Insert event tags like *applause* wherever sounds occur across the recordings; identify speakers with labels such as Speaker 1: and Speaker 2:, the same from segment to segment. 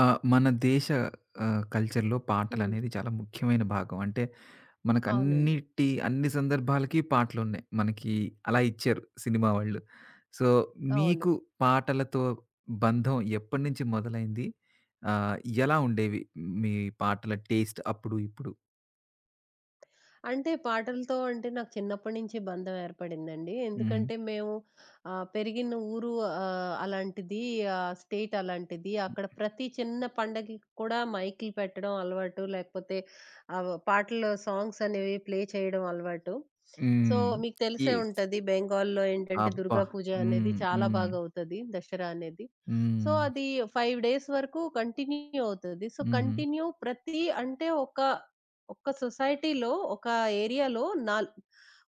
Speaker 1: ఆ! మన దేశ కల్చర్‌లో
Speaker 2: హ్మ్.
Speaker 1: పాటలనేది చాలా ముఖ్యమైన భాగం. అంటే
Speaker 2: అవునండి.
Speaker 1: మనకన్నిటి అన్ని సందర్భాలకి పాటలున్నాయి. మనకి అలా ఇచ్చారు సినిమా వాళ్ళు. సో,
Speaker 2: అవును.
Speaker 1: మీకు పాటలతో బంధం ఎప్పటినుంచి మొదలైంది? ఆహ్, ఎలా ఉండేవి మీ పాటల టేస్ట్ అప్పుడు, ఇప్పుడు?
Speaker 2: అంటే పాటలతో అంటే నాకు చిన్నప్పటి నుంచి బంధం ఏర్పడిందండి.
Speaker 1: హ్మ్.
Speaker 2: ఎందుకంటే మేము పెరిగిన ఊరు అలాంటిది. ఆ స్టేట్ అలాంటిది. అక్కడ ప్రతి చిన్న పండగకి కూడా మైకులు పెట్టడం అలవాటు. లేకపోతే పాటలు సాంగ్స్ అనేవి ప్లే చేయడం అలవాటు. సో,
Speaker 1: హ్మ్.
Speaker 2: మీకు తెలిసే
Speaker 1: యెస్.
Speaker 2: ఉంటది బెంగాల్‌లో ఏంటంటే
Speaker 1: అబ్బా!
Speaker 2: దుర్గా పూజ అనేది
Speaker 1: హ్మ్.
Speaker 2: చాలా
Speaker 1: హ్మ్.
Speaker 2: బాగా అవుతది. దసరా అనేది. సో,
Speaker 1: హ్మ్.
Speaker 2: అది 5 డేస్ వరకు కంటిన్యూ అవుతది. సో,
Speaker 1: హుహు.
Speaker 2: కంటిన్యూ ప్రతి అంటే ఒక ఒక సొసైటీలో, ఒక ఏరియాలో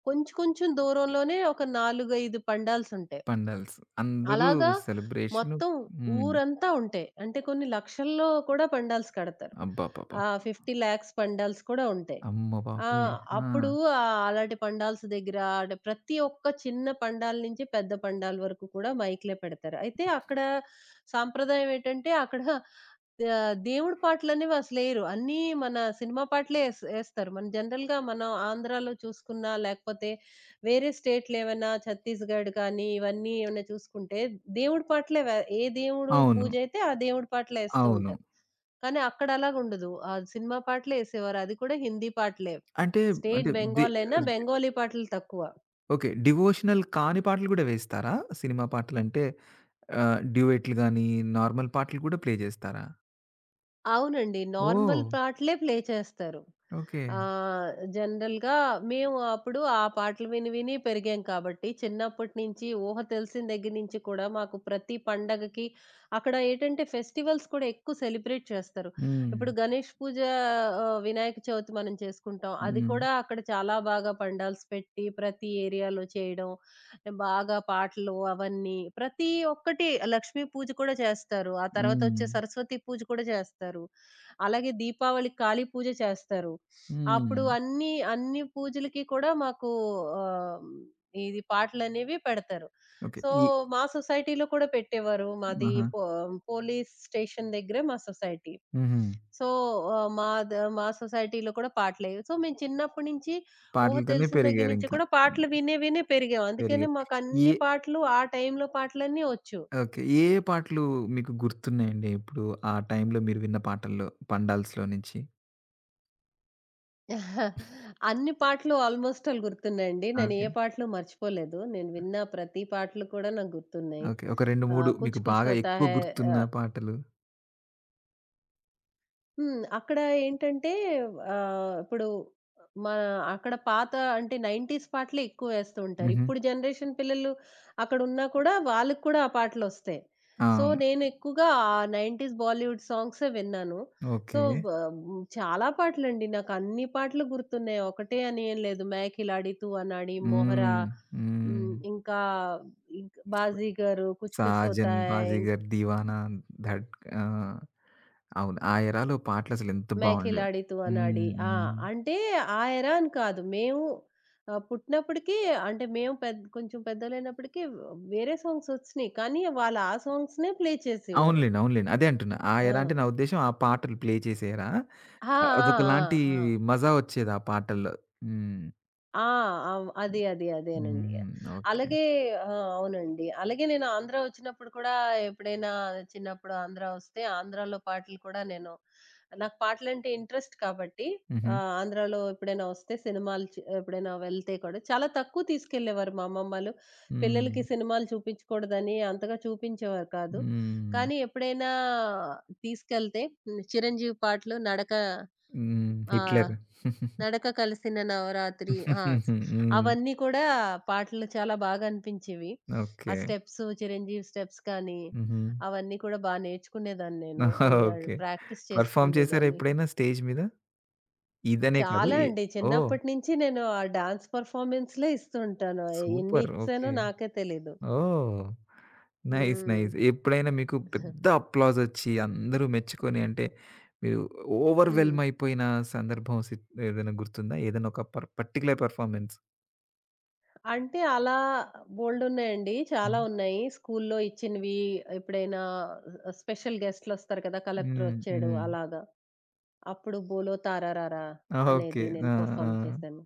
Speaker 2: కొంచెం కొంచెం దూరంలోనే ఒక 4, 5 పండాల్సుంటాయి.
Speaker 1: పండల్స్. అందరూ
Speaker 2: అలాగా
Speaker 1: సెలబ్రేషను.
Speaker 2: మొత్తం
Speaker 1: హ్మ్.
Speaker 2: ఊరంతా ఉంటాయి. అంటే కొన్ని లక్షల్లో కూడా పండాల్స్ కడతారు.
Speaker 1: అబ్బబ్బబ్బా!
Speaker 2: 50,00,000 పండాల్స్ కూడా ఉంటాయి.
Speaker 1: అమ్మ బాబోయ్!
Speaker 2: ఆహ్,
Speaker 1: ఆ!
Speaker 2: అప్పుడు అలాంటి పండాల్స్ దగ్గర అంటే ప్రతి ఒక్క చిన్న పండాల నుంచి పెద్ద పండాల వరకు కూడా మైక్‌లే పెడతారు. అయితే అక్కడ సాంప్రదాయం ఏంటంటే అక్కడ దేవుడి పాటలనేవి అసలెయరు. అన్నీ మన సినిమా పాటలే ఎస్తారు. మన జనరల్‌గా మనం ఆంధ్రాలో చూసుకున్నా, లేకపోతే వేరే స్టేట్‌లేవన్నా ఛత్తీస్‌గఢ్ కానీ, ఇవన్నీ ఏమైనా చూసుకుంటే, దేవుడి పాటలే ఏ దేవుడు
Speaker 1: అవును.
Speaker 2: పూజైతే ఆ దేవుడి పాటలే ఎస్తూ
Speaker 1: అవును.
Speaker 2: ఉంటారు. కానీ అక్కడ అలాగుండదు. ఆ సినిమా పాటలే ఎసేవారు. అది కూడా హిందీ పాటలే.
Speaker 1: అంటే,
Speaker 2: స్టేట్
Speaker 1: అంటే ది
Speaker 2: బెంగాల్ అయినా బెంగాలీ పాటలు తక్కువ.
Speaker 1: ఓకే. డివోషనల్ కాని పాటలు గూడా వేస్తారా? సినిమా పాటలంటే డ్యూయెట్లు గాని, నార్మల్ పాటలు కూడా ప్లే జేస్తారా?
Speaker 2: అవునండి.
Speaker 1: ఓహ్!
Speaker 2: నార్మల్ పాటలే ప్లే చేస్తారు.
Speaker 1: ఓకే.
Speaker 2: ఆహ్, జనరల్‌గా మేము అప్పుడు ఆ పాటలు విని పెరిగాం కాబట్టి, చిన్నప్పటి నుంచి ఊహ తెలిసిన దగ్గర నుంచి కూడా మాకు ప్రతి పండగకి అక్కడ ఏంటంటే ఫెస్టివల్స్ కూడా ఎక్కువ సెలబ్రేట్ చేస్తారు.
Speaker 1: హ్మ్.
Speaker 2: ఇప్పుడు గణేష్ పూజ, వినాయక చవితి మనం చేసుకుంటాం. అది
Speaker 1: హ్మ్.
Speaker 2: కూడా అక్కడ చాలా బాగా పండాల్స్ పెట్టి ప్రతి ఏరియాలో చేయడం. బాగా పాటలు అవన్నీ. ప్రతి ఒక్కటి లక్ష్మీ పూజ కూడా చేస్తారు. ఆ
Speaker 1: హ్మ్.
Speaker 2: తర్వాతొచ్చే సరస్వతి పూజ కూడా చేస్తారు. అలాగే దీపావళికి కాళీ పూజ చేస్తారు.
Speaker 1: హ్మ్.
Speaker 2: అప్పుడు అన్ని పూజలకి కూడా మాకు ఆహ్, ఇది పాటలనేవి పెడతారు.
Speaker 1: ఓకే.
Speaker 2: సో,
Speaker 1: ఈ
Speaker 2: మా సొసైటీలో కూడా పెట్టేవారు. మాది
Speaker 1: ఆహా!
Speaker 2: పోలీస్ స్టేషన్ దగ్గరే మా సొసైటీ.
Speaker 1: హుహు.
Speaker 2: సో, ఆహ్, మా ద మా సొసైటీలో కూడా పాటలెవి. సో, మేము చిన్నప్పటి నుంచి ఊహ
Speaker 1: పాటలతోనే
Speaker 2: తెలిసిన దగ్గర నుంచి
Speaker 1: పెరిగారింకా.
Speaker 2: కూడా పాటలు వినే వినే పెరిగాం.
Speaker 1: పెరిగా
Speaker 2: అందుకనే
Speaker 1: ఏ
Speaker 2: మాకన్ని పాటలు ఆ టైంలో పాటలన్నీ వచ్చు.
Speaker 1: ఓకే. ఏ ఏ పాటలు మీకు గుర్తున్నాయండి ఇప్పుడు ఆ టైంలో మీరు విన్న పాటల్లో, పండాల్స్‌లో నుంచి?
Speaker 2: *laughs* అన్ని పాటలు ఆల్మోస్ట్ ఆల్ గుర్తున్నాయండి. నేను
Speaker 1: ఓకే.
Speaker 2: ఏ పాటలు మర్చిపోలేదు. నేను విన్న ప్రతి పాటలు కూడా నాకు గుర్తున్నాయి.
Speaker 1: ఓకే. ఒక 2, 3 మీకు
Speaker 2: 'కుచ్ కుచ్
Speaker 1: బాగా
Speaker 2: హోతా
Speaker 1: ఎక్కువ
Speaker 2: హై'. ఆ
Speaker 1: గుర్తున్న పాటలు.
Speaker 2: హ్మ్. అక్కడ ఏంటంటే ఆహ్, ఇప్పుడు మా అక్కడ అంటే 90స్ పాటలే ఎక్కువ ఏస్తూ ఉంటారు.
Speaker 1: హుహు.
Speaker 2: ఇప్పుడు జనరేషన్ పిల్లలు అక్కడున్నా కూడా వాళ్ళకి కూడా ఆ పాటలొస్తాయి. సో,
Speaker 1: అవును.
Speaker 2: నేను ఎక్కువగా ఆ 90స్ బాలీవుడ్ సాంగ్సే విన్నాను. So,
Speaker 1: okay.
Speaker 2: బ హ్మ్. చాలా పాటలండి. నాకన్ని పాటలు గుర్తున్నాయి. ఒకటే అని ఏం లేదు. 'మై ఖిలాడి తూ' అనాడి, 'మొహరా',
Speaker 1: హ్మ్. హ్మ్.
Speaker 2: హ్మ్. ఇంకా ఇంక్
Speaker 1: స
Speaker 2: 'బాజీగర్', 'కుచ్ కుచ్ హోతా
Speaker 1: 'సాజన్
Speaker 2: హై',
Speaker 1: బాజీగర్ దీవానా' ధడ్ ఆ! అవును. ఆ ఎరాలో పాటలసలు ఎంత బావుండేవో.
Speaker 2: మేఖిలాడితు అనాడి.
Speaker 1: హ్మ్.
Speaker 2: ఆ!
Speaker 1: హ్మ్.
Speaker 2: అంటే ఆ ఎరా అని కాదు. మేము పుట్టినప్పటికి అంటే మేము కొంచెం పెద్దోళ్ళైనప్పటికి వేరే సాంగ్స్ ఒచ్చినియి. కానీ వాళ్ళు ఆ సాంగ్స్‌నే ప్లే చేసేవారు.
Speaker 1: అవునులెండి. అవునులెండి. అదే అంటున్నా. ఆ ఎరా అంటే
Speaker 2: ఆ!
Speaker 1: నా ఉద్దేశ్యం ఆ పాటలు ప్లే చేసే ఎరా.
Speaker 2: ఆ! ఆ! ఆ!
Speaker 1: అదొకలాంటి
Speaker 2: ఆ!
Speaker 1: మజా వచ్చేది ఆ పాటల్లో. హ్మ్.
Speaker 2: ఆ! అవ్ అది. అది. అదేనండి.
Speaker 1: హ్మ్. ఓకే.
Speaker 2: అలాగే ఆ! అవునండి. అలాగే నేను ఆంధ్ర వచ్చినప్పుడు కూడా ఎప్పుడైనా చిన్నప్పుడు ఆంధ్ర వస్తే, ఆంధ్రాలో పాటలు కూడా నేను నాకు పాటలంటే ఇంట్రెస్ట్ కాబట్టి
Speaker 1: హుహు.
Speaker 2: ఆంధ్రాలో ఎప్పుడైనా వస్తే సినిమాలు ఎప్పుడైనా వెళ్తే కూడా చాలా తక్కువ తీసుకెళ్ళేవారు మా అమ్మమ్మలు. పిల్లలకి
Speaker 1: హ్మ్.
Speaker 2: సినిమాలు చూపించకూడదని అంతగా చూపించేవారు కాదు.
Speaker 1: హ్మ్.
Speaker 2: కానీ ఎప్పుడైనా తీసుకెళ్తే చిరంజీవి పాటలు
Speaker 1: హ్మ్.
Speaker 2: ఆహ్
Speaker 1: 'హిట్లర్.'
Speaker 2: 'నడక కలిసిన నవరాత్రి'. ఆ!
Speaker 1: *laughs* హ్మ్.
Speaker 2: అవన్నీ కూడా పాటలు చాలా బాగా అనిపించేవి. ఆ
Speaker 1: ఓకే.
Speaker 2: స్టెప్స్ 'చిరంజీవి' స్టెప్స్ కానీ,
Speaker 1: హుహు.
Speaker 2: అవన్నీ కూడా నేర్చుకునేదాన్ని నేను.
Speaker 1: *laughs*
Speaker 2: ఇగ
Speaker 1: ఓకే.
Speaker 2: ప్రాక్టీస్
Speaker 1: పెర్ఫార్మ్ చేసారా
Speaker 2: చేసుకుండేదాన్ని.
Speaker 1: ఎప్పుడైనా స్టేజ్ మీద? ఇదనే కాదు.
Speaker 2: చాలా
Speaker 1: ఎ
Speaker 2: అండి.
Speaker 1: ఓహ్!
Speaker 2: చిన్నప్పటి నుంచి నేను ఆ డాన్స్ పెర్ఫార్మన్స్‌లే ఇస్తూ ఉంటాను. ఎన్ని
Speaker 1: సూపర్. ఓకే.
Speaker 2: ఇచ్చానో నాకే తెలీదు.
Speaker 1: ఓహ్! నైస్.
Speaker 2: హ్మ్.
Speaker 1: నైస్. ఎప్పుడైనా మీకు
Speaker 2: హ్మ్.
Speaker 1: పెద్ద అప్లాజ్ ఒచ్చి అందరూ మెచ్చుకొని అంటే మీరు ఓవర్‌వెల్మ్
Speaker 2: *laughs*
Speaker 1: అయిపోయిన సందర్భం ఏదైనా గుర్తుందా? ఏదైనా ఒక పర్టిక్యులర్ పెర్ఫార్మన్స్?
Speaker 2: అంటే అలా బోల్డున్నాయండి. చాలా
Speaker 1: హ్మ్.
Speaker 2: ఉన్నాయి. స్కూల్లో ఇచ్చినవి ఎప్పుడైనా స్పెషల్ గెస్ట్‌లొస్తారు కదా!
Speaker 1: హ్మ్.
Speaker 2: కలెక్టరొచ్చాడు
Speaker 1: హ్మ్.
Speaker 2: అలాగా. అప్పుడు 'బోలో తారారారా'
Speaker 1: ఓకే.
Speaker 2: అనేది
Speaker 1: ఆ!
Speaker 2: నేను
Speaker 1: ఆ!
Speaker 2: పెర్ఫార్మ్ చేశాను.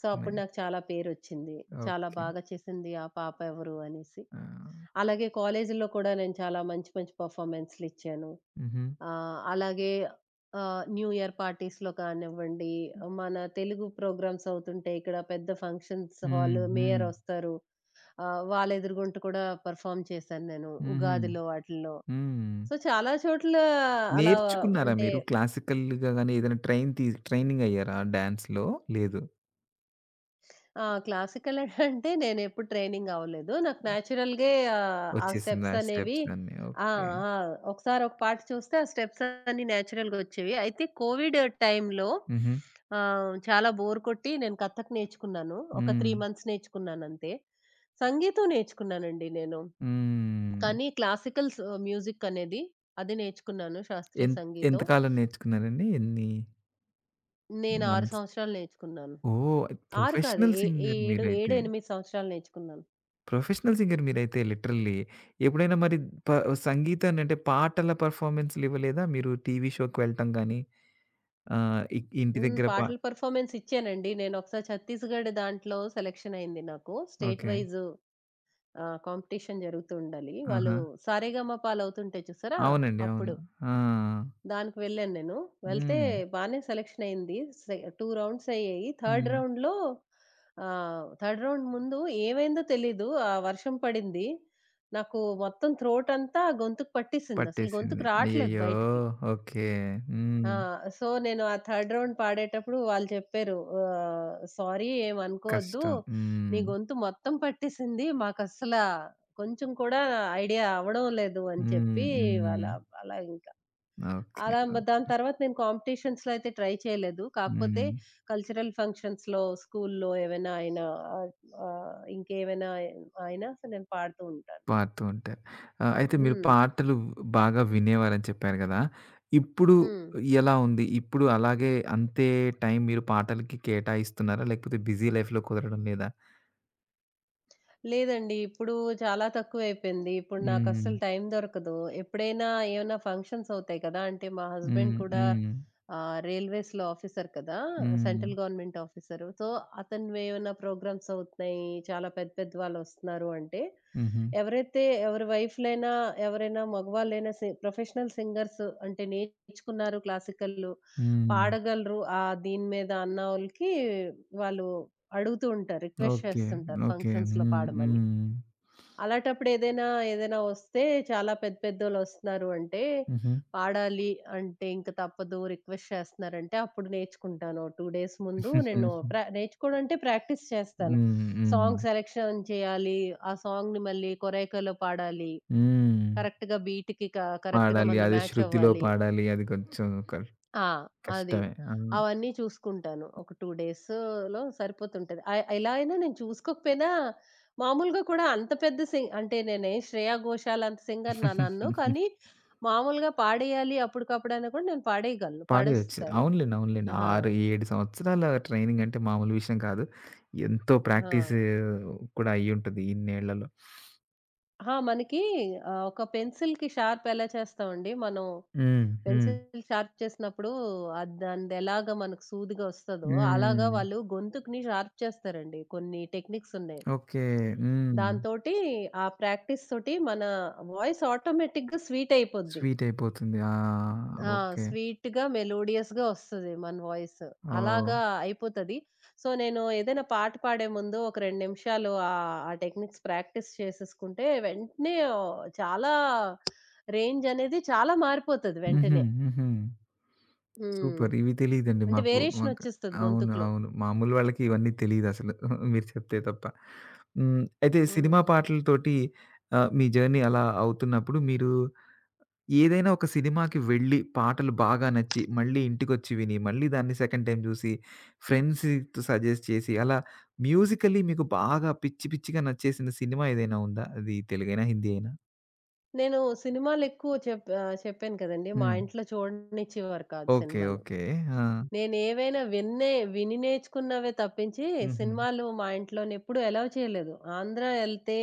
Speaker 2: సో, అప్పుడు
Speaker 1: నైస్.
Speaker 2: నాకు చాలా పేరొచ్చింది. చాలా
Speaker 1: ఓకే.
Speaker 2: బాగా చేసింది ఆ పాప ఎవరు అనేసి.
Speaker 1: ఆ!
Speaker 2: అలాగే కాలేజీలో కూడా నేను చాలా మంచి మంచి పెర్ఫార్మన్స్‌లిచ్చాను.
Speaker 1: హుహు.
Speaker 2: ఆహ్, అలాగే న్యూ ఇయర్ పార్టీస్‌లో కానివ్వండి, మన తెలుగు ప్రోగ్రామ్స్ అవుతుంటే ఇక్కడ పెద్ద ఫంక్షన్స్
Speaker 1: హ్మ్.
Speaker 2: హాల్
Speaker 1: హ్మ్.
Speaker 2: మేయర్ వస్తారు. వాళ్ళ ఎదురుగుంట కూడా పెర్ఫార్మ్ చేశాను నేను.
Speaker 1: హుహు.
Speaker 2: ఉగాదిలో వాటిల్లో.
Speaker 1: హ్మ్.
Speaker 2: సో, చాలా చోట్ల అలా
Speaker 1: నేర్చుకున్నారా
Speaker 2: అంటే
Speaker 1: మీరు? క్లాసికల్‌గా గాని ఏదైనా ట్రైన్ తీ ట్రైనింగ్ అయ్యారా డాన్స్‌లో? లేదు.
Speaker 2: ఆ! క్లాసికల్ *laughs* అంటే నేనెప్పుడు ట్రైనింగ్ అవ్వలేదు. నాకు నేచురల్‌గే ఆ
Speaker 1: వచ్చేసిందా
Speaker 2: స్టెప్స్ అనేవి
Speaker 1: స్టెప్స్ అన్నీ?
Speaker 2: ఆ!
Speaker 1: ఓకే.
Speaker 2: ఆ! ఒకసారి ఒక పాట చూస్తే ఆ స్టెప్స్ అన్నీ నేచురల్‌గా వచ్చేవి. అయితే కోవిడ్ టైంలో
Speaker 1: హుహు.
Speaker 2: చాలా బోర్ కొట్టి నేను కథక్ నేర్చుకున్నాను. ఒక
Speaker 1: హ్మ్.
Speaker 2: 3 మంత్స్ నేర్చుకున్నానంతే. సంగీతం నేర్చుకున్నానండి నేను.
Speaker 1: హ్మ్.
Speaker 2: కానీ క్లాసికల్ స్ మ్యూజిక్ అనేది అది నేర్చుకున్నాను. శాస్త్రీయ
Speaker 1: ఎన్ ఎంత
Speaker 2: సంగీతం.
Speaker 1: కాలం నేర్చుకున్నారండి? ఎన్ని
Speaker 2: నేను 6
Speaker 1: మంత్స్?
Speaker 2: సంవత్సరాలు నేర్చుకున్నాను.
Speaker 1: ఓహ్!
Speaker 2: 6 కాదు
Speaker 1: ప్రొఫెషనల్
Speaker 2: ఏ
Speaker 1: సింగర్
Speaker 2: 7,
Speaker 1: మీరైతే.
Speaker 2: 8 సంవత్సరాలు నేర్చుకున్నాను.
Speaker 1: ప్రొఫెషనల్ సింగర్ మీరైతే లిటరల్లీ. ఎప్పుడైనా మరి ప సంగీతాన్ని అంటే పాటల పెర్ఫార్మన్స్‌లు ఇవ్వలేదా? మీరు టీవీ షోకి వెళ్ళటం గాని ఇంటి
Speaker 2: హ్మ్.
Speaker 1: దగ్గర
Speaker 2: పాటల పెర్ఫార్మన్స్ ఇచ్చానండి. నేనొకసారి ఛత్తీస్‌గఢ్ దాంట్లో సెలక్షన్ అయింది నాకు. State
Speaker 1: okay.
Speaker 2: వైస్ కాంపిటీషన్ జరుగుతూ ఉండాలి. వాళ్ళు
Speaker 1: ఆహా!
Speaker 2: సారేగమపాలు అవుతుంటాయి చూసారా?
Speaker 1: అవునండి. అవును.
Speaker 2: అప్పుడు.
Speaker 1: ఆ!
Speaker 2: దానికి వెళ్ళాను నేను. వెళ్తే
Speaker 1: హ్మ్.
Speaker 2: బానే సెలక్షన్ అయింది. 2 రౌండ్స్ అయ్యాయి.
Speaker 1: హ్మ్.
Speaker 2: థర్డ్ రౌండ్ ముందు ఏమైందో తెలీదు. ఆ వర్షం పడింది. నాకు మొత్తం థ్రోట్ అంతా గొంతుకు పట్టేసింది. అసలు
Speaker 1: పట్టేసింది.
Speaker 2: గొంతుకు రావట్లేదు
Speaker 1: అయ్యయ్యో!
Speaker 2: బయటికి.
Speaker 1: ఓకే. హ్మ్.
Speaker 2: ఆ! సో, నేను ఆ థర్డ్ రౌండ్ పాడేటప్పుడు వాళ్ళు చెప్పారు. "సారీ ఏమనుకోవద్దు.
Speaker 1: కష్టం.
Speaker 2: నీ
Speaker 1: హ్మ్.
Speaker 2: గొంతు మొత్తం పట్టేసింది. మాకస్సల కొంచెం కూడా ఐడియా అవ్వడం లేదు" అని
Speaker 1: హ్మ్.
Speaker 2: చెప్పి వాళ్ళ
Speaker 1: హ్మ్.
Speaker 2: అలా ఇంకా.
Speaker 1: ఓకే.
Speaker 2: అలా దాని
Speaker 1: ఓకే.
Speaker 2: తర్వాత నేను కాంపిటీషన్స్‌లో అయితే ట్రై చేయలేదు. కాకపోతే
Speaker 1: హ్మ్.
Speaker 2: కల్చరల్ ఫంక్షన్స్‌లో, స్కూల్‌లో ఏవైనా అయినా ఆహ్, ఆహ్, ఇంకేమైనా అయినా సో, నేను పాడుతూ ఉంటాను.
Speaker 1: పాడుతూ ఉంటారు. అయితే మీరు
Speaker 2: హ్మ్.
Speaker 1: పాటలు బాగా వినేవారని చెప్పారు గదా! ఇప్పుడు
Speaker 2: హ్మ్.
Speaker 1: ఎలా ఉంది? ఇప్పుడు అలాగే అంతే టైం మీరు పాటలకి కేటాయిస్తున్నారా? లేకపోతే బిజీ లైఫ్‌లో కుదరడం లేదా?
Speaker 2: లేదండి. ఇప్పుడు చాలా తక్కువైపోయింది. ఇప్పుడు
Speaker 1: హ్మ్.
Speaker 2: నాకస్సలు టైం దొరకదు. ఎప్పుడైనా ఏమైనా ఫంక్షన్స్ అవుతాయి కదా! అంటే మా హస్బెండ్
Speaker 1: హ్మ్.
Speaker 2: కూడా
Speaker 1: హ్మ్.
Speaker 2: రైల్వేస్‌లో ఆఫీసర్ కదా!
Speaker 1: హ్మ్.
Speaker 2: Central government officer. సో, అతనివేమన్నా ప్రోగ్రామ్స్ అవుతున్నాయి, చాలా పెద్ద పెద్ద వాళ్ళొస్తున్నారు అంటే,
Speaker 1: హుహు.
Speaker 2: ఎవరైతే ఎవరి వైఫ్‌లైనా, ఎవరైనా మగవాళ్ళైనా ప్రొఫెషనల్ సింగర్స్ అంటే నేర్చుకున్నారు క్లాసికల్లు,
Speaker 1: హ్మ్.
Speaker 2: పాడగలరు దీని మీద అన్న వోళ్ళకి వాళ్ళు అడుగుతూ ఉంటారు. Request
Speaker 1: okay.
Speaker 2: చేస్తుంటారు
Speaker 1: ఓకే.
Speaker 2: ఫంక్షన్స్‌లో
Speaker 1: హ్మ్.
Speaker 2: పాడమని.
Speaker 1: హ్మ్.
Speaker 2: అలాటప్పుడు ఏదైనా వస్తే చాలా పెద్ద పెద్దోళ్ళొస్తున్నారు అంటే,
Speaker 1: హుహు.
Speaker 2: పాడాలి అంటే ఇంక తప్పదు రిక్వెస్ట్ చేస్తున్నారంటే అప్పుడు నేర్చుకుంటాను. ఓ 2 డేస్ ముందు నేను
Speaker 1: *laughs*
Speaker 2: నేర్చుకోవడం అంటే ప్రాక్టీస్ చేస్తాను.
Speaker 1: హ్మ్. హ్మ్.
Speaker 2: సాంగ్ సెలెక్షన్ చేయాలి. ఆ సాంగ్‌ని మళ్ళీ కొరైకాలో పాడాలి.
Speaker 1: హ్మ్.
Speaker 2: కరెక్ట్‌గా బీట్‌కి కరెక్ట్‌గా
Speaker 1: పాడాలి.
Speaker 2: మనది
Speaker 1: అదే
Speaker 2: మ్యాచ్
Speaker 1: శృతిలో
Speaker 2: అవ్వాలి.
Speaker 1: పాడాలి. అది కొంచెం
Speaker 2: ఆ! అది.
Speaker 1: కష్టమే. ఆ!
Speaker 2: అవన్నీ చూసుకుంటాను. ఒక 2 డేస్‌లో సరిపోతుంటది. ఎలా అయినా నేను చూసుకోకపోయినా మామూలుగా కూడా అంత పెద్ద అంటే నేనేం శ్రేయా ఘోషాల్ అంత సింగర్‌నా నన్ను. కానీ మామూలుగా పాడేయాలి అప్పటికప్పుడైనా కూడా నేను పాడేయగలను.
Speaker 1: పాడేయొచ్చు.
Speaker 2: పాడేస్తాను.
Speaker 1: అవునులెండి. అవునులెండి.
Speaker 2: ఆ!
Speaker 1: 6, 7 సంవత్సరాల ట్రైనింగ్ అంటే మామూలు విషయం కాదు. ఎంతో ప్రాక్టీస్
Speaker 2: ఆ!
Speaker 1: కూడా అయ్యుంటది ఇన్నేళ్లలో.
Speaker 2: ఆ! మనకి ఒక పెన్సిల్‌కి షార్ప్ ఎలా చేస్తామండి మనం
Speaker 1: హ్మ్. హ్మ్.
Speaker 2: పెన్సిల్ షార్ప్ చేసినప్పుడు అది దానిదెలాగా మనకు సూదిగా వస్తదో అలాగా
Speaker 1: హ్మ్.
Speaker 2: వాళ్ళు గొంతుకుని షార్ప్ చేస్తారండి. కొన్ని టెక్నిక్స్ ఉన్నాయి.
Speaker 1: ఓకే. హ్మ్.
Speaker 2: దాంతోటి ఆ ప్రాక్టీస్ తోటి మన వాయిస్ ఆటోమేటిక్‌గా స్వీట్ అయిపోద్ది.
Speaker 1: స్వీట్ అయిపోతుంది. ఆ!
Speaker 2: ఆ!
Speaker 1: ఓకే.
Speaker 2: స్వీట్‌గా, మెలోడియస్‌గా వస్తది మన వాయిస్.
Speaker 1: ఓహ్!
Speaker 2: అలాగా అయిపోతది. సో, నేను ఏదైనా పాట పాడే ముందు ఒక 2 నిమిషాలు ఆ టెక్నిక్స్ ప్రాక్టీస్ చేసేసుకుంటే వెంటనే చాలా రేంజ్ అనేది చాలా మారిపోతది
Speaker 1: హుహు.
Speaker 2: వెంటనే.
Speaker 1: హుహు.
Speaker 2: హ్మ్.
Speaker 1: సూపర్. ఇవి తెలీదండి
Speaker 2: అంటే
Speaker 1: మాకు.
Speaker 2: వేరియేషన్
Speaker 1: మాకు
Speaker 2: వచ్చేస్తది
Speaker 1: అవును.
Speaker 2: గొంతుకులో.
Speaker 1: అవును. మామూలు వాళ్ళకి ఇవన్నీ తెలీదసలు. *laughs* మీరు చెప్తే తప్ప. హ్మ్. అయితే
Speaker 2: హ్మ్.
Speaker 1: సినిమా పాటలతోటి మీ జర్నీ అలా అవుతున్నప్పుడు మీరు ఏదైనా ఒక సినిమాకి వెళ్ళి, పాటలు బాగా నచ్చి, మళ్ళీ ఇంటికొచ్చి విని, మళ్ళీ దాన్ని సెకండ్ టైమ్ జూసి, ఫ్రెండ్స్‌తో సజెస్ట్ చేసి, అలా మ్యూజికల్లీ మీకు బాగా పిచ్చి పిచ్చిగా నచ్చేసిన సినిమా ఏదైనా ఉందా? అది తెలుగైనా? హిందీ అయినా?
Speaker 2: నేను చెప్పాను కదండీ! మా
Speaker 1: హ్మ్.
Speaker 2: ఇంట్లో చూడనిచ్చేవారు కాదు
Speaker 1: ఓకే.
Speaker 2: సినిమాలు.
Speaker 1: ఓకే. ఆ!
Speaker 2: నేనేవైనా విని నేర్చుకున్నవే తప్పించి,
Speaker 1: హుహు.
Speaker 2: సినిమాలు మా ఇంట్లోనెప్పుడు అలౌ చేయలేదు. ఆంధ్ర ఎళ్తే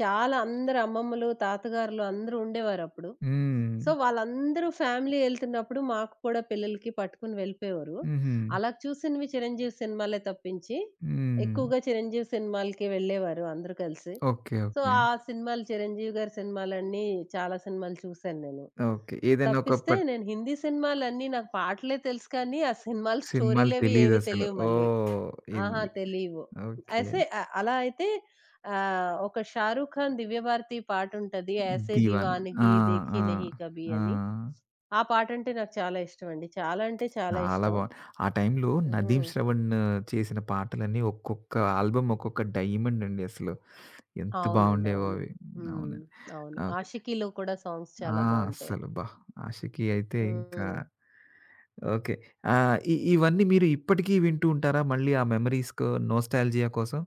Speaker 2: చాలా అందరు అమ్మమ్మలు, తాతగారులు అందరూ ఉండేవారప్పుడు.
Speaker 1: హ్మ్.
Speaker 2: సో, వాళ్ళందరూ ఫ్యామిలీ ఎళ్తున్నప్పుడు మాకు కూడా పిల్లలకి పట్టుకొని వెళ్ళిపోయేవారు.
Speaker 1: హుహు.
Speaker 2: అలా చూసినవి చిరంజీవి సినిమాలే తప్పించి,
Speaker 1: హ్మ్.
Speaker 2: ఎక్కువగా చిరంజీవి సినిమాలకి వెళ్ళేవారు అందరూ కలిసి.
Speaker 1: ఓకే.
Speaker 2: So,
Speaker 1: okay.
Speaker 2: ఆ సినిమాలు చిరంజీవి గారి సినిమాలన్నీ చాలా సినిమాలు చూశాను నేను.
Speaker 1: ఓకే. ఏదైనా ఒక
Speaker 2: తప్పిస్తే
Speaker 1: పట్
Speaker 2: నేను హిందీ సినిమాలన్నీ నాకు పాటలే తెలుసు కానీ, ఆ సినిమాల
Speaker 1: సినిమాలు
Speaker 2: స్టోరీలవి ఏమి
Speaker 1: తెలీదసలు.
Speaker 2: తెలియవు మళ్ళీ.
Speaker 1: ఓహ్!
Speaker 2: ఆహా!
Speaker 1: ఇది.
Speaker 2: తెలీవు.
Speaker 1: ఓకే.
Speaker 2: ఐసే అ అలా అయితే ఒక 'షారూఖ్ ఖాన్' 'దివ్యభారతి' పాటుంటది. 'ఐసే
Speaker 1: 'దీవాన్.' ఆ!
Speaker 2: దీవానగి
Speaker 1: ఆ!
Speaker 2: దేఖీ నహీ కభీ'
Speaker 1: ఆ!
Speaker 2: అని. ఆ పాటంటే నాకు చాలా ఇష్టమండి. చాలా అంటే చాలా
Speaker 1: చాలా
Speaker 2: ఇష్టం.
Speaker 1: బావుంది. ఆ టైంలో 'నదీమ్
Speaker 2: హ్మ్.
Speaker 1: శ్రవణ్' చేసిన పాటలన్నీ ఒక్కొక్క ఆల్బమ్ ఒక్కొక్క డైమండ్ అండి అసలు. ఎంత
Speaker 2: అవునండి.
Speaker 1: బావుండేవో
Speaker 2: అవును.
Speaker 1: అవి.
Speaker 2: హ్మ్.
Speaker 1: అవునండి.
Speaker 2: అవును.
Speaker 1: ఓకే.
Speaker 2: 'ఆషికీలో' కూడా సాంగ్స్
Speaker 1: ఆ!
Speaker 2: చాలా బావుంటాయి.
Speaker 1: అస్సలు అబ్బా! 'ఆషికి' అయితే ఇంకా
Speaker 2: హ్మ్.
Speaker 1: ఓకే. ఇవన్నీ మీరు ఇప్పటికీ వింటూ ఉంటారా? మళ్ళీ ఆ మెమోరీస్‌కు నోస్టాల్జియా కోసం?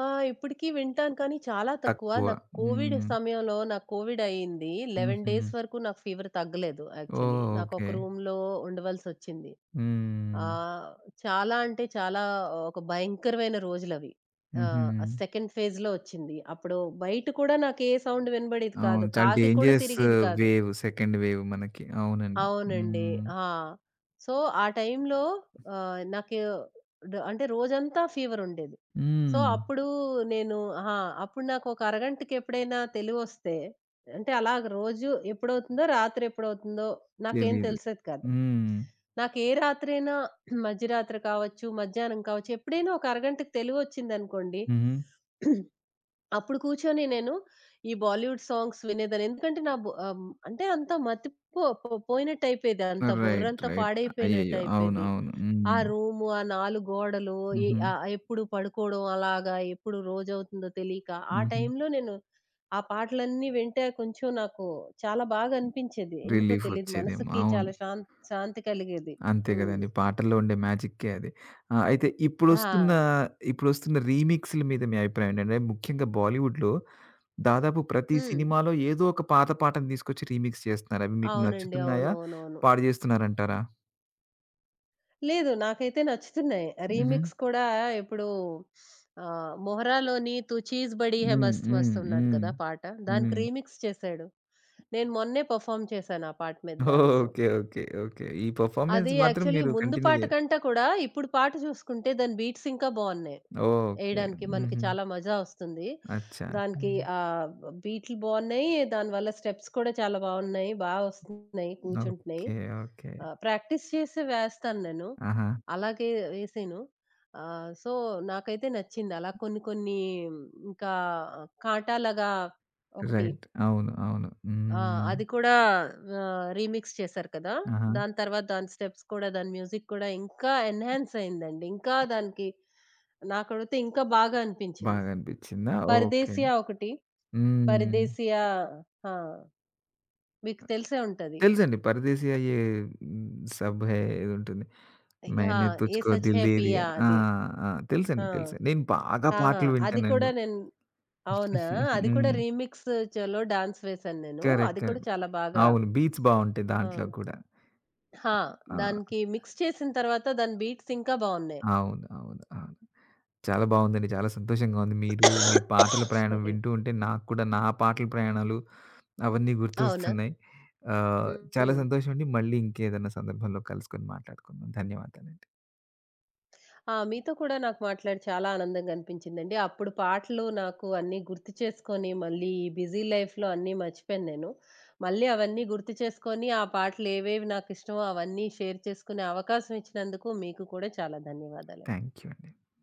Speaker 2: ఆ! ఇప్పటికి వింటాను కానీ చాలా తక్కువ.
Speaker 1: తక్కువ.
Speaker 2: నాకు కోవిడ్
Speaker 1: హ్మ్.
Speaker 2: సమయంలో నాకు కోవిడ్ అయింది. 11
Speaker 1: హుహు.
Speaker 2: డేస్ వరకు నాకు ఫీవర్ తగ్గలేదు యాక్చువల్లీ.
Speaker 1: ఓహ్! ఓకే.
Speaker 2: నాకొక రూమ్‌లో ఉండవలసొచ్చింది.
Speaker 1: హ్మ్.
Speaker 2: ఆహ్, చాలా అంటే చాలా ఒక భయంకరమైన రోజులవి.
Speaker 1: హుహు.
Speaker 2: ఆ సెకండ్ ఫేజ్‌లో వచ్చింది. అప్పుడు బయట కూడా నాకు ఏ సౌండ్ వినబడేది
Speaker 1: అవును.
Speaker 2: కాదు.
Speaker 1: చాలా
Speaker 2: కాకి కూడా
Speaker 1: డేంజరస్
Speaker 2: తిరిగేది కాదు.
Speaker 1: సెకండ్ వేవ్ మనకి. అవునండి.
Speaker 2: అవునండి.
Speaker 1: హ్మ్.
Speaker 2: ఆ! సో, ఆ టైంలో నాకు అంటే రోజంతా ఫీవరుండేది. సో,
Speaker 1: హ్మ్.
Speaker 2: అప్పుడు నేను ఆ! అప్పుడు నాకొక అరగంటకెప్పుడైనా తెలివొస్తే అంటే అలాగ రోజు ఎప్పుడవుతుందో, రాత్రెప్పుడవుతుందో నాకేం
Speaker 1: తెలీదు.
Speaker 2: తెలిసేది కాదు.
Speaker 1: హ్మ్.
Speaker 2: నాకే రాత్రైనా *clears throat* మధ్యరాత్రి కావచ్చు, మధ్యాహ్నం కావచ్చు, ఎప్పుడైనా ఒక అరగంటకి తెలివొచ్చిందనుకోండి
Speaker 1: హుహు.
Speaker 2: అప్పుడు కూర్చొని నేను ఈ బాలీవుడ్ సాంగ్స్ వినేదాన్ని. ఎందుకంటే నా బు ఆహ్, హ్మ్, అంటే అంతా మతిపో పో పోయినట్టయిపోయేది. అంత
Speaker 1: రైట్.
Speaker 2: బుర్రంతా
Speaker 1: రైట్. అయ్యయ్యో! అవును.
Speaker 2: పాడైపోయినట్టయిపోయేది.
Speaker 1: అవును.
Speaker 2: ఆ
Speaker 1: హ్మ్.
Speaker 2: రూము, ఆ 4 గోడలు,
Speaker 1: హుహు.
Speaker 2: ఎప్పుడు పడుకోవడం అలాగా, ఎప్పుడు రోజవుతుందో తెలీక, ఆ
Speaker 1: హుహు.
Speaker 2: టైంలో నేను ఆ పాటలన్నీ వింటే కొంచెం నాకు చాలా బాగా అనిపించేది. ఎందుకో తెలీదు.
Speaker 1: రిలీఫొచ్చేదేమో.
Speaker 2: మనసుకి
Speaker 1: అవును.
Speaker 2: చాలా శాంతి కలిగేది.
Speaker 1: అంతే
Speaker 2: హ్మ్.
Speaker 1: గదండీ. పాటల్లో ఉండే మ్యాజిక్కే అది. అయితే ఇప్పుడొస్తున్న
Speaker 2: ఆ!
Speaker 1: ఇప్పుడొస్తున్న రీమిక్స్‌ల మీద మీ అభిప్రాయం ఏంటంటే ముఖ్యంగా బాలీవుడ్‌లో దాదాపు ప్రతి
Speaker 2: హ్మ్.
Speaker 1: సినిమాలో ఏదో ఒక పాత పాటను తీసుకొచ్చి రీమిక్స్ చేస్తున్నారు. అవి మీకు
Speaker 2: అవునండి.
Speaker 1: నచ్చుతున్నాయా? పాడు చేస్తున్నారంటారా?
Speaker 2: లేదు. నాకైతే నచ్చుతున్నాయి.
Speaker 1: హుహు.
Speaker 2: రీమిక్స్ కూడా ఇప్పుడు 'మొహరా'లోని 'తు చీజ్ బడీ హై
Speaker 1: హ్మ్.
Speaker 2: మస్త్
Speaker 1: హ్మ్.
Speaker 2: మస్త్' ఉన్నది
Speaker 1: హ్మ్.
Speaker 2: కదా పాట. దానికి
Speaker 1: హ్మ్.
Speaker 2: రీమిక్స్ చేశాడు. నేను మొన్నే పెర్ఫార్మ్ చేశాను ఆ పాట మీద డాన్స్.
Speaker 1: ఓకే. ఓకే. ఓకే. ఈ పెర్ఫార్మన్స్
Speaker 2: అది
Speaker 1: మాత్రం
Speaker 2: యాక్చువల్లీ
Speaker 1: మీరు
Speaker 2: ముందు
Speaker 1: కంటిన్యూ
Speaker 2: పాట
Speaker 1: జే
Speaker 2: కంటే కూడా ఇప్పుడు పాట చూసుకుంటే దాని బీట్స్ ఇంకా బావున్నాయి.
Speaker 1: ఓకే.
Speaker 2: ఎయడానికి మనకి
Speaker 1: హుహు.
Speaker 2: చాలా మజా వస్తుంది.
Speaker 1: అచ్చా!
Speaker 2: దానికి
Speaker 1: హ్మ్.
Speaker 2: ఆహ్, బీట్లు బావున్నాయి. దానివల్ల స్టెప్స్ కూడా చాలా బావున్నాయి. వస్తున్నాయి, కూర్చుంటున్నాయి.
Speaker 1: ఓకే. ఓకే.
Speaker 2: ప్రాక్టీస్ చేసి వేస్తాను నేను.
Speaker 1: ఆహా!
Speaker 2: అలాగే వేసాను. ఆహ్, సో, నాకైతే నచ్చింది. అలా కొన్ని కొన్ని ఇంకా కాటాలాగా ఒకటి
Speaker 1: రైట్. అవును. అవును.
Speaker 2: ఆ!
Speaker 1: హ్మ్.
Speaker 2: అది కూడా రీమిక్స్ చేశారు కదా!
Speaker 1: ఆహా!
Speaker 2: దాని తర్వాత దాని స్టెప్స్ కూడా, దాని మ్యూజిక్ కూడా ఇంకా ఎన్హాన్స్ అయిందండి. ఇంకా దానికి నాకడిగితే ఇంకా బాగా అనిపించింది.
Speaker 1: బాగా అనిపించిందా? ఓకే.
Speaker 2: 'పరదేశియా' ఒకటి
Speaker 1: హ్మ్.
Speaker 2: 'పరదేశియా' ఆ! మీకు తెలిసే ఉంటది.
Speaker 1: తెలుసండి. 'పరదేశి' అయ్యే హ్మ్. 'సబ్ హై' ఏదో ఉంటుంది.
Speaker 2: ఆ!
Speaker 1: 'मैंने
Speaker 2: 'ఏ
Speaker 1: तुझको
Speaker 2: సచ్
Speaker 1: दिल
Speaker 2: హై
Speaker 1: दे दिया'
Speaker 2: పియా'
Speaker 1: ఆ!
Speaker 2: అది.
Speaker 1: ఆ!
Speaker 2: ఆ!
Speaker 1: తెలుసండి. తెలుసు. నేను బాగా
Speaker 2: ఆహా!
Speaker 1: పాటలు
Speaker 2: అది కూడా
Speaker 1: వింటానండి.
Speaker 2: నేను అవునా? అది కూడా
Speaker 1: హ్మ్.
Speaker 2: రీమిక్స్ చలో డాన్స్ వేశాను నేను.
Speaker 1: కరెక్ట్.
Speaker 2: అది కూడా
Speaker 1: కరెక్ట్.
Speaker 2: చాలా బాగా
Speaker 1: అవును. బీట్స్ బావుంటాయి
Speaker 2: ఆ!
Speaker 1: దాంట్లో కూడా.
Speaker 2: ఆ!
Speaker 1: ఆ!
Speaker 2: దానికి మిక్స్ చేసిన తర్వాత దాని బీట్స్ ఇంకా బావున్నాయి.
Speaker 1: అవును. అవును. అవును. చాలా బావుందండి. చాలా సంతోషంగా ఉంది. మీరు మీ పాటల ప్రయాణం
Speaker 2: సారీ.
Speaker 1: వింటూ ఉంటే నాకు కూడా నా పాటల ప్రయాణాలు అవన్నీ
Speaker 2: అవునా?
Speaker 1: గుర్తొస్తున్నాయి. ఆహ్, చాలా
Speaker 2: హ్మ్.
Speaker 1: సంతోషం అండి. మళ్ళీ ఇంకేదైనా సందర్భంలో కలుసుకొని మాట్లాడుకుందాం. ధన్యవాదాలండి.
Speaker 2: ఆ! మీతో కూడా నాకు మాట్లాడి చాలా ఆనందంగా అనిపించిందండి. అప్పుడు పాటలు నాకు అన్నీ గుర్తు చేసుకొని, మళ్ళీ ఈ బిజీ లైఫ్‌లో అన్నీ మర్చిపోయాను నేను. మళ్ళీ అవన్నీ గుర్తు చేసుకొని, ఆ పాటలు ఏవేవి నాకిష్టమో అవన్నీ షేర్ చేసుకునే అవకాశం ఇచ్చినందుకు మీకు కూడా చాలా ధన్యవాదాలండి.
Speaker 1: థాంక్ యూ అండి.